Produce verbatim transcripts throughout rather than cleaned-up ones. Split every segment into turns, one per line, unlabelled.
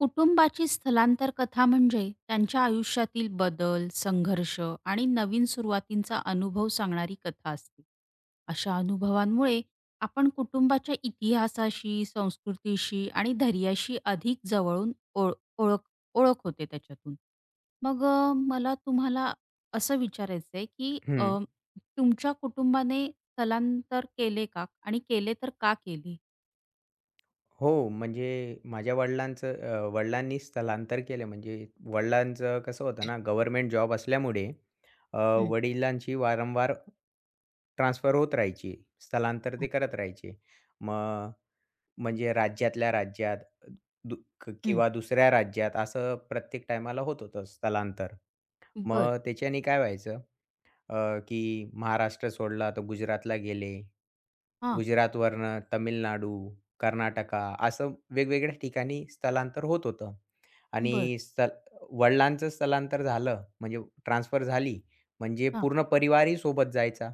कुटुंबाची स्थलांतर कथा म्हणजे त्यांच्या आयुष्यातील बदल, संघर्ष आणि नवीन सुरुवातींचा अनुभव सांगणारी कथा असते. अशा अनुभवांमुळे आपण कुटुंबाच्या इतिहासाशी, संस्कृतीशी आणि धैर्याशी अधिक जवळून ओळ ओळख ओळख होते त्याच्यातून. मग अ, मला तुम्हाला असं विचारायचं आहे, की
हं.
अ, तुमच्या कुटुंबाने स्थलांतर केले का? आणि केले तर का केले?
हो, म्हणजे माझ्या वडिलांचं अ, वडिलांनी स्थलांतर केलं म्हणजे वडिलांचं कसं होतं ना, गव्हर्नमेंट जॉब असल्यामुळे अ,
हं.
वडिलांची वारंवार ट्रान्सफर होत राहायची. स्थलांतर ते करत राहायचे. मग म्हणजे राज्यातल्या राज्यात दु क-
हं.
किंवा दुसऱ्या राज्यात असं प्रत्येक टायमाला होत होतं स्थलांतर.
बरं.
मग त्याच्याने काय व्हायचं, अ, की महाराष्ट्र सोडला तर गुजरातला गेले.
हां.
गुजरातवरनं तमिळनाडू, कर्नाटका असं वेगवेगळ्या ठिकाणी स्थलांतर होत होतं. आणि
बरं.
स्थल वडिलांचं स्थलांतर झालं म्हणजे ट्रान्सफर झाली, म्हणजे पूर्ण परिवारही सोबत जायचा.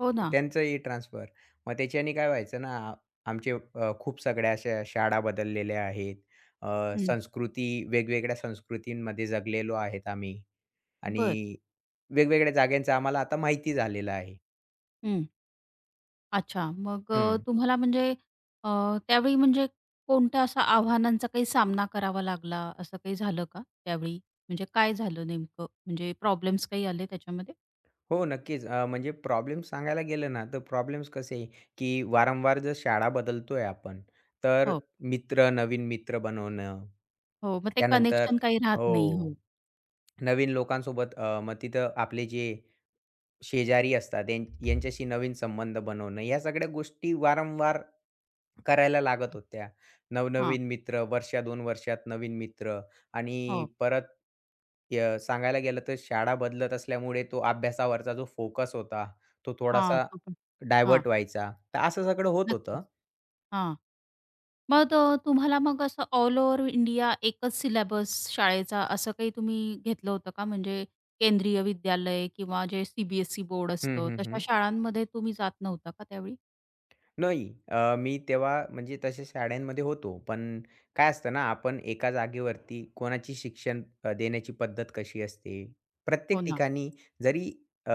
हो ना.
त्यांचंही ट्रान्सफर. मग त्याच्याने काय व्हायचं ना, आ- आमचे अ, खूप सगळ्या अशा शाळा बदललेल्या आहेत. अ,
हं.
संस्कृती वेगवेगळ्या संस्कृतींमध्ये जगलेलो आहेत आम्ही. आणि
बरं.
वेगवेगळ्या जाग्यांचं आम्हाला आता माहिती झालेलं आहे.
हं. अच्छा. मग अ,
हं.
तुम्हाला म्हणजे अ, त्यावेळी म्हणजे कोणत्या अशा आव्हानांचा काही सामना करावा लागला, असं काही झालं का त्यावेळी? म्हणजे काय झालं नेमकं? म्हणजे प्रॉब्लेम्स काही आले त्याच्यामध्ये?
हो, नक्कीच. अ, म्हणजे प्रॉब्लेम्स सांगायला गेलं ना, तर प्रॉब्लेम्स कसे आहे, की वारंवार जर शाळा बदलतोय आपण, तर
हो,
मित्र, नवीन मित्र बनवणं.
हो. मग ते
त्यानंतर
कनेक्शन काही राहत
हो,
नाही. हो.
नवीन लोकांसोबत, अ, मग तिथं आपले जे शेजारी असतात, यां यांच्याशी नवीन संबंध बनवणं, या सगळ्या गोष्टी वारंवार करायला लागत होत्या.
हां.
नवनवीन मित्र, वर्षा दोन वर्षात नवीन मित्र आणि
हो.
परत य सांगायला गेलं तर शाळा बदलत असल्यामुळे तो अभ्यासावरचा जो फोकस होता, तो
हां.
थोडासा
तो पण. हां.
डायव्हर्ट व्हायचा. तर असं सगळं होत
नक्कीच.
होतं.
हां. मग अ, तुम्हाला मग असं ऑल ओव्हर इंडिया एकच सिलेबस शाळेचा असं काही तुम्ही घेतलं होतं का? म्हणजे केंद्रीय विद्यालय किंवा जे सी-बी-एस-ई बोर्ड
हं,
असतं,
हं,
तशा
हं.
शाळांमध्ये तुम्ही जात नव्हता का त्यावेळी?
नाही. अ, मी तेव्हा म्हणजे तशा शाळांमध्ये होतो. पण काय असतं ना, आपण एका जागेवरती कोणाची शिक्षण अ, देण्याची पद्धत कशी असते.
हो
प्रत्येक
ना.
ठिकाणी जरी अ,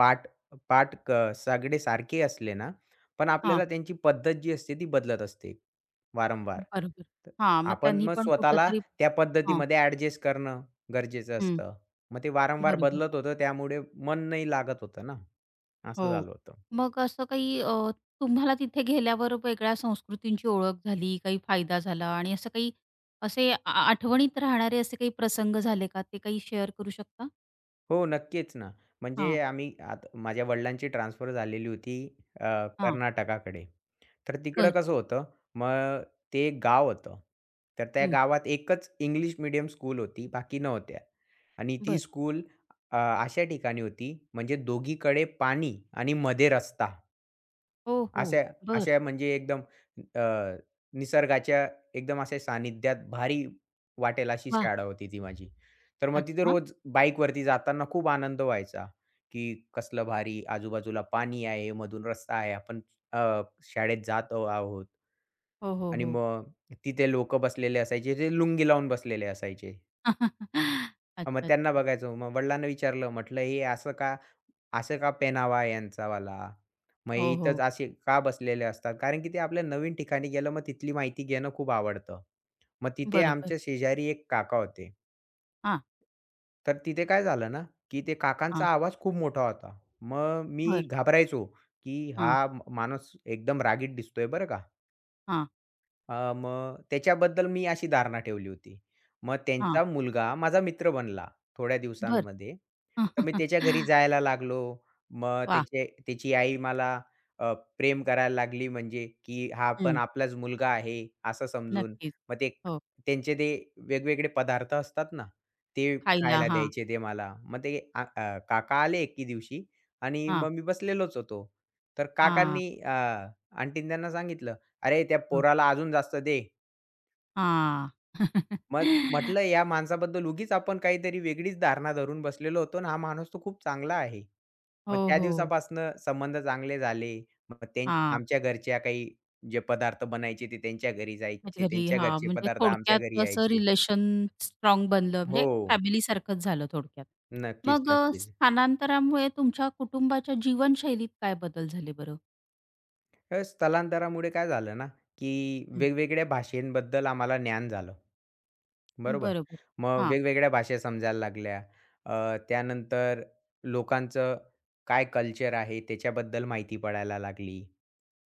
पाठ पाठ क सगळे सारखे असले ना, पण
हां,
आपल्याला त्यांची पद्धत जी असते ती बदलत असते वारंवार.
बरोबर.
तर
हां, मग
आपण
त्यांनी
मग
पण
स्वतःला
कुठेतरी
त्या
हां,
पद्धतीमध्ये ॲडजस्ट करणं गरजेचं
हं,
असतं. मग ते वारंवार
बरोबर.
बदलत होतं त्यामुळे मन नाही लागत होतं ना, असं
हो.
झालं होतं.
मग असं काही अ, तुम्हाला तिथे गेल्यावर वेगळ्या संस्कृतींची ओळख झाली, काही फायदा झाला आणि असं काही असे आ आठवणीत राहणारे असे काही प्रसंग झाले का? ते काही शेअर करू शकता?
हो, नक्कीच ना.
हां,
म्हणजे आम्ही आत माझ्या वडिलांची ट्रान्सफर झालेली होती, अ,
हां.
कर्नाटकाकडे. तर तिकडं
बरं.
कसं होतं, मग ते एक गाव होतं. तर त्या
हं.
गावात एकच इंग्लिश मीडियम स्कूल होती, बाकी नव्हत्या. आणि ती
बरं.
स्कूल अ, अशा ठिकाणी होती म्हणजे दोघीकडे पाणी आणि मध्ये रस्ता.
हो, हो.
अशा
बरं.
अशा म्हणजे एकदम अ, निसर्गाच्या एकदम अशा सानिध्यात भारी वाटेल अशी
वाह!
शाळा होती ती माझी. तर मग तिथे
अच्छा.
रोज बाईकवरती जाताना खूप आनंद व्हायचा, की कसलं भारी आजूबाजूला पाणी आहे, मधून रस्ता आहे. आपण अ, शाळेत जात आहोत.
हो, हो,
आणि
हो.
मग तिथे लोकं बसलेले असायचे, ते लुंगी लावून बसलेले असायचे. अ, मग
अच्छा,
त्यांना
अच्छा.
बघायचो. मग वडिलांना विचारलं, म्हटलं, "हे असं का असं का पेनावा यांचावाला? मग
हो,
इथंच
हो.
असे का बसलेले असतात?" कारण की ते आपल्या नवीन ठिकाणी गेलं, मग तिथली माहिती घेणं खूप आवडतं. मग तिथे
बरोबर.
आमच्या शेजारी एक काका होते.
हां,
तर तिथे काय झालं ना, की ते
हां.
काकांचा आवाज खूप मोठा होता. मग मी
बर,
घाबरायचो, की
हां,
हा म- माणूस एकदम रागीट दिसतोय बरं का.
हां,
अ, मग त्याच्याबद्दल मी अशी धारणा ठेवली होती. मग
हां.
त्यांचा मुलगा माझा मित्र बनला थोड्या
बरं.
दिवसांमध्ये. तर मी
वाह!
त्याच्या घरी जायला लागलो. मग त्याचे त्याची आई मला अ, प्रेम करायला लागली, म्हणजे की हा पण
हं.
आपलाच मुलगा आहे असं समजून.
नक्कीच.
मग ते
हो.
त्यांचे ते वेगवेगळे पदार्थ असतात ना, ते
खायला.
खायला
हां,
द्यायचे ते मला. मग ते आ अ, काका आले एके दिवशी आणि
हां,
मग मी बसलेलोच होतो. तर
हां, हां,
काकांनी अ, आंटींनी सांगितलं, "अरे, त्या पोराला अजून जास्त दे."
हां.
मग म्हटलं, या माणसाबद्दल उगीच आपण काहीतरी वेगळीच धारणा धरून बसलेलो होतो आणि हा माणूस तर खूप चांगला आहे. मग
हो,
त्या
हो.
दिवसापासनं संबंध चांगले झाले. मग त्यां
हां.
आमच्या घरच्या काही जे पदार्थ बनायचे ते त्यांच्या घरी जायचे.
म्हणजे घरी.
त्यांच्या
हां,
घरचे
म्हणजे
पदार्थ आमच्या
थोडक्यात
घरी
असं
यायचे.
रिलेशन स्ट्रॉंग बनलं
हो.
म्हणजे फॅमिलीसारखंच झालं थोडक्यात.
नक्कीच,
मग अ,
नक्कीच.
स्थानांतरामुळे तुमच्या कुटुंबाच्या जीवनशैलीत काय बदल झाले बरं?
तर स्थलांतरामुळे काय झालं ना, की
हं.
वेगवेगळ्या भाषेंबद्दल आम्हाला ज्ञान झालं. बरोबर.
बरोबर.
मग
हां,
वेगवेगळ्या भाषा समजायला लागल्या. अ, त्यानंतर लोकांचं काय कल्चर आहे त्याच्याबद्दल माहिती पडायला लागली.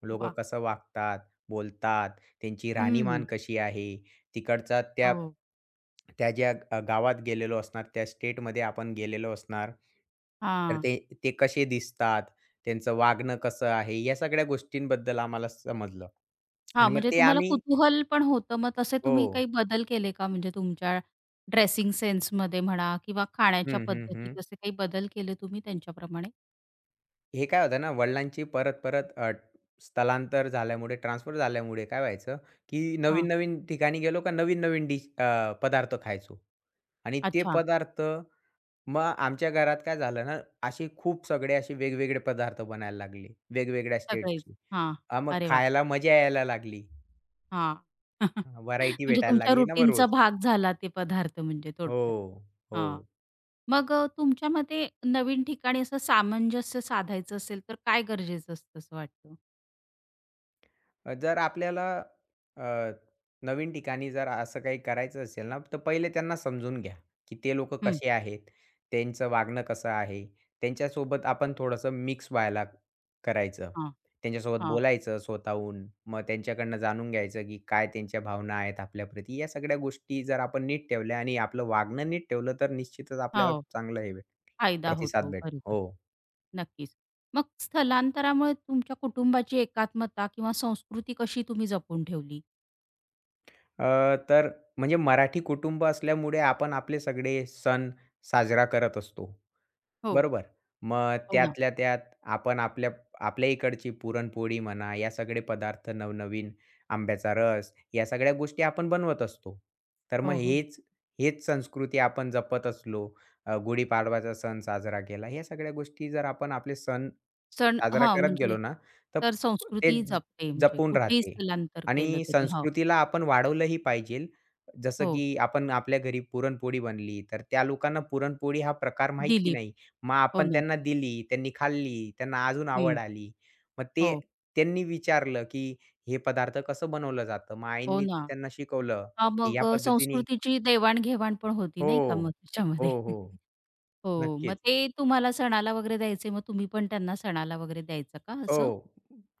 लोकं
वाह!
कसं वागतात, बोलतात, त्यांची
हं.
राहणीमान कशी आहे, तिकडचा त्या
हो.
त्या ज्या अ, गावात गेलेलो असणार, त्या स्टेटमध्ये आपण गेलेलो असणार, तर
हां.
ते ते कसे दिसतात, त्यांचं वागणं कसं आहे, या सगळ्या गोष्टींबद्दल आम्हाला समजलं.
हां,
आणि मग
म्हणजे
ते
तुम्हाला
आम्ही
कुतूहल पण होतं. मग तसे
हो.
तुम्ही काही बदल केले का? म्हणजे तुमच्या ड्रेसिंग सेन्समध्ये म्हणा किंवा खाण्याच्या
हं, हं, हं.
पद्धतीत असे काही बदल केले तुम्ही त्यांच्याप्रमाणे?
हे काय होतं ना, वडिलांची परत-परत अ, स्थलांतर झाल्यामुळे, ट्रान्सफर झाल्यामुळे काय व्हायचं, की
हां.
नवीन-नवीन ठिकाणी गेलो का नवीन-नवीन डिश अ, पदार्थ खायचो. आणि ते
अच्छा.
पदार्थ मग आमच्या घरात काय झालं ना, असे खूप सगळे असे वेगवेगळे पदार्थ बनायला लागले, वेगवेगळ्या
सगळेच.
स्टेटची.
हां.
मग
अरे वाह!
खायला मजा यायला लागली.
हां.
व्हरायटी
म्हणजे
भेटायला
तुमच्या
लागली ना मग
रुटीनचा
रोज.
भाग झाला ते पदार्थ म्हणजे थोडक्यात.
हो,
हां.
हो.
मग अ, तुमच्या मते नवीन ठिकाणी असं सामंजस्य साधायचं असेल तर काय गरजेचं असतं असं वाटतं?
अ, जर आपल्याला अ, नवीन ठिकाणी जर असं काही करायचं असेल ना, तर पहिले त्यांना समजून घ्या, की ते लोकं
हं.
कसे आहेत, त्यांचं वागणं कसं आहे. त्यांच्यासोबत आपण थोडंसं मिक्स व्हायला करायचं.
हां,
त्यांच्यासोबत
हां.
बोलायचं स्वतःहून. मग त्यांच्याकडनं जाणून घ्यायचं, की काय त्यांच्या भावना आहेत आपल्याप्रती. या सगळ्या गोष्टी जर आपण नीट ठेवल्या आणि आपलं वागणं नीट ठेवलं, तर निश्चितच आपल्याला
हो,
चांगला हे भेट
फायदा होतो.
प्रतिसाद भेटतो.
बरोबर.
हो.
नक्कीच. मग स्थलांतरामुळे तुमच्या कुटुंबाची एकात्मता किंवा संस्कृती कशी तुम्ही जपून ठेवली?
अ, तर म्हणजे मराठी कुटुंब असल्यामुळे आपण आपले सगळे सण साजरा करत असतो.
हो.
बरोबर. मग
हो ना.
त्यातल्या त्यात आपण आपल्या आपल्या इकडची पुरणपोळी म्हणा, या सगळे पदार्थ नवनवीन आंब्याचा रस, या सगळ्या गोष्टी आपण बनवत असतो. तर मग
हो, हो.
हेच हेच संस्कृती आपण जपत असलो, अ, गुढीपाडवाचा सण साजरा केला. ह्या सगळ्या गोष्टी जर आपण आपले सण
सण
साजरा
हां,
करत
म्हणजे
गेलो ना, तर
तर
ते
संस्कृती
ज-
जपते म्हणजे
जपून
कुठेही
राहते
स्थलांतर
आणि
केलं तरी. हो,
संस्कृतीला आपण वाढवलंही पाहिजे. जसं
हो.
की आपण आपल्या घरी पुरणपोळी बनली, तर त्या लोकांना पुरणपोळी हा प्रकार माहिती
दिलीप.
नाही. मग
हो
आपण
ना.
त्यांना दिली, त्यांनी खाल्ली, त्यांना अजून
हं.
आवड आली. मग ते
हो.
त्यांनी विचारलं, की हे पदार्थ कसं बनवलं जातं? मग
हो
आईंनी
ना.
त्यांना शिकवलं,
हां,
की
मग
या
अ,
पद्धतीने.
संस्कृतीची देवाण पण होती नाही का मग
हो,
त्याच्यामध्ये?
हो, हो.
हो. मग
नक्कीच.
ते तुम्हाला सणाला वगैरे द्यायचे, मग तुम्ही पण त्यांना सणाला वगैरे द्यायचं का
हो.
असं?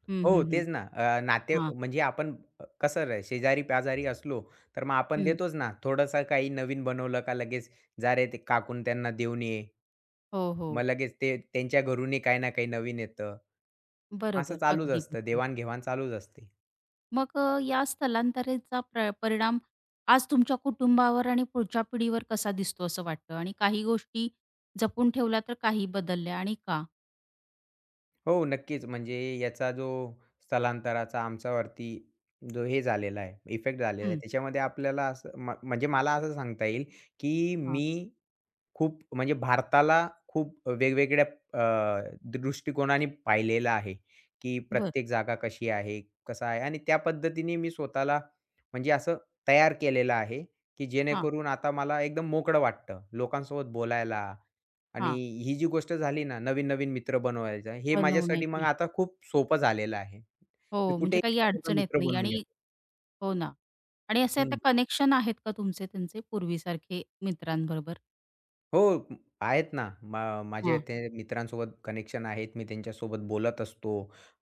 हं,
हो,
हं, हं.
तेच ना. अ, नाते
हां.
म्हणजे आपण अ, कसं रे, शेजारी-पाजारी असलो, तर मग आपण
हं.
देतोच ना. थोडंसं काही नवीन बनवलं का लगेच, "जा रे ते काकून त्यांना देऊन ये."
हो,
मग
हो.
लगेच ते त्यांच्या घरूनही काही ना काही नवीन येतं. असं
बरोबर.
चालूच
अगदी
असतं.
बरोबर.
देवाण चालूच असते.
मग अ, या स्थलांतरेचा प्र परिणाम आज तुमच्या कुटुंबावर आणि पुढच्या पिढीवर कसा दिसतो असं वाटतं? आणि काही गोष्टी जपून ठेवल्या तर काही बदलल्या आणि का?
हो, नक्कीच. म्हणजे याचा जो स्थलांतराचा आमच्यावरती जो हे झालेला आहे, इफेक्ट झालेला आहे,
हं.
त्याच्यामध्ये आपल्याला असं म म्हणजे मला असं सांगता येईल, की
हां.
मी खूप म्हणजे भारताला खूप वेगवेगळ्या अ, दृष्टिकोनाने पाहिलेलं आहे, की
बरं.
प्रत्येक जागा कशी आहे, कसं आहे, आणि त्या पद्धतीने मी स्वतःला म्हणजे असं तयार केलेलं आहे, की
हां,
जेणेकरून आता मला एकदम मोकळं वाटतं लोकांसोबत बोलायला. आणि
हां.
ही जी गोष्ट झाली ना, नवीन-नवीन मित्र बनवायचा, हे माझ्यासाठी मग
बनवण्याची
आता खूप सोपं झालेलं आहे. मी
हो, म्हणजे
कुठेही
काही
स्वतःचा
अडचण येत
मित्र
नाही
बनवून
आणि
घेतो.
हो ना. आणि असे आता कनेक्शन आहेत का तुमचे त्यांचे पूर्वीसारखे मित्रांबरोबर?
हो. म- आहेत ना. मा माझे
हां,
ते मित्रांसोबत कनेक्शन आहेत. मी त्यांच्यासोबत बोलत असतो.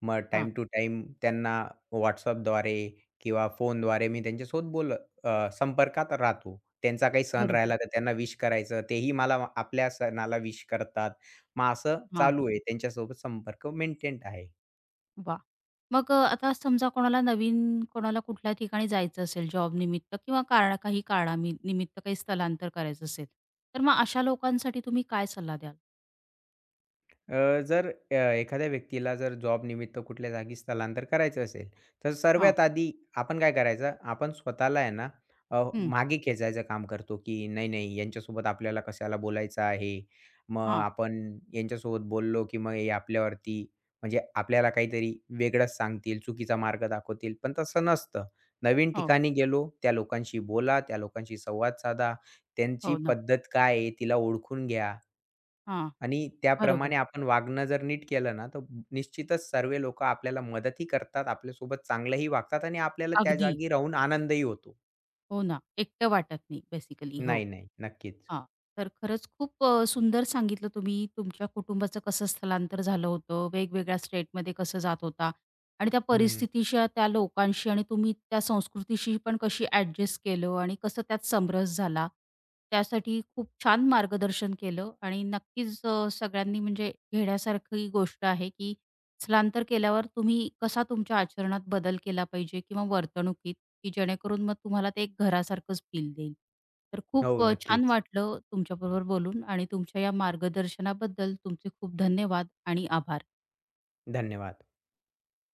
मग
हां.
टाईम टू टाईम त्यांना WhatsAppद्वारे किंवा फोनद्वारे मी त्यांच्यासोबत बोल अ, संपर्कात राहतो. त्यांचा काही सण
बरोबर.
राहिला तर त्यांना विश करायचं. तेही मला मा- आपल्या सणाला विश करतात. मग असं
हां.
चालू आहे. त्यांच्यासोबत संपर्क मेंटेन आहे.
वाह! मग अ, आता समजा कोणाला नवीन कोणाला कुठल्या ठिकाणी जायचं असेल जॉबनिमित्त किंवा कारणा काही कारणामि निमित्त काही स्थलांतर करायचं असेल, तर मग अशा लोकांसाठी तुम्ही काय सल्ला द्याल?
अ, जर अ, एखाद्या व्यक्तीला जर जॉबनिमित्त कुठल्या जागी स्थलांतर करायचं असेल, तर
हां.
सर्वात आधी आपण काय करायचं, आपण स्वतःला आहे ना अ,
हं.
मागे खेचायचं काम करतो, की नाही, नाही यांच्यासोबत आपल्याला कशाला बोलायचं आहे. मग
हां.
आपण यांच्यासोबत बोललो, की मग हे आपल्यावरती म्हणजे आपल्याला काहीतरी वेगळंच सांगतील, चुकीचा मार्ग दाखवतील. पण तसं नसतं. नवीन
हो.
ठिकाणी गेलो, त्या लोकांशी बोला, त्या लोकांशी संवाद साधा, त्यांची
हो ना.
पद्धत काय आहे तिला ओळखून घ्या.
हां.
आणि
बरोबर.
त्याप्रमाणे आपण वागणं जर नीट केलं ना, तर निश्चितच सर्व लोकं आपल्याला मदतही करतात, आपल्यासोबत चांगलंही वागतात आणि आपल्याला त्या
अगदी.
जागी राहून आनंदही होतो.
हो ना, एकटं वाटत नाही बेसिकली. हो.
नाही, नाही. नक्कीच.
हां. तर खरंच खूप अ, सुंदर सांगितलं तुम्ही तुमच्या कुटुंबाचं कसं स्थलांतर झालं होतं, वेगवेगळ्या स्टेटमध्ये कसं जात होता आणि त्या
हं.
परिस्थितीशी, त्या लोकांशी आणि तुम्ही त्या संस्कृतीशी पण कशी ॲडजस्ट केलं आणि कसं त्यात समरस झाला. त्यासाठी खूप छान मार्गदर्शन केलं आणि नक्कीच अ, सगळ्यांनी म्हणजे घेण्यासारखी गोष्ट आहे, की स्थलांतर केल्यावर तुम्ही कसा तुमच्या आचरणात बदल केला पाहिजे किंवा वर्तणुकीत की जेणेकरून मग तुम्हाला ते एक घरासारखंच फील देईल. तर खूप
हो,
अ, छान
नक्कीच.
वाटलं तुमच्याबरोबर बोलून आणि तुमच्या या मार्गदर्शनाबद्दल तुमचे खूप धन्यवाद आणि आभार.
धन्यवाद.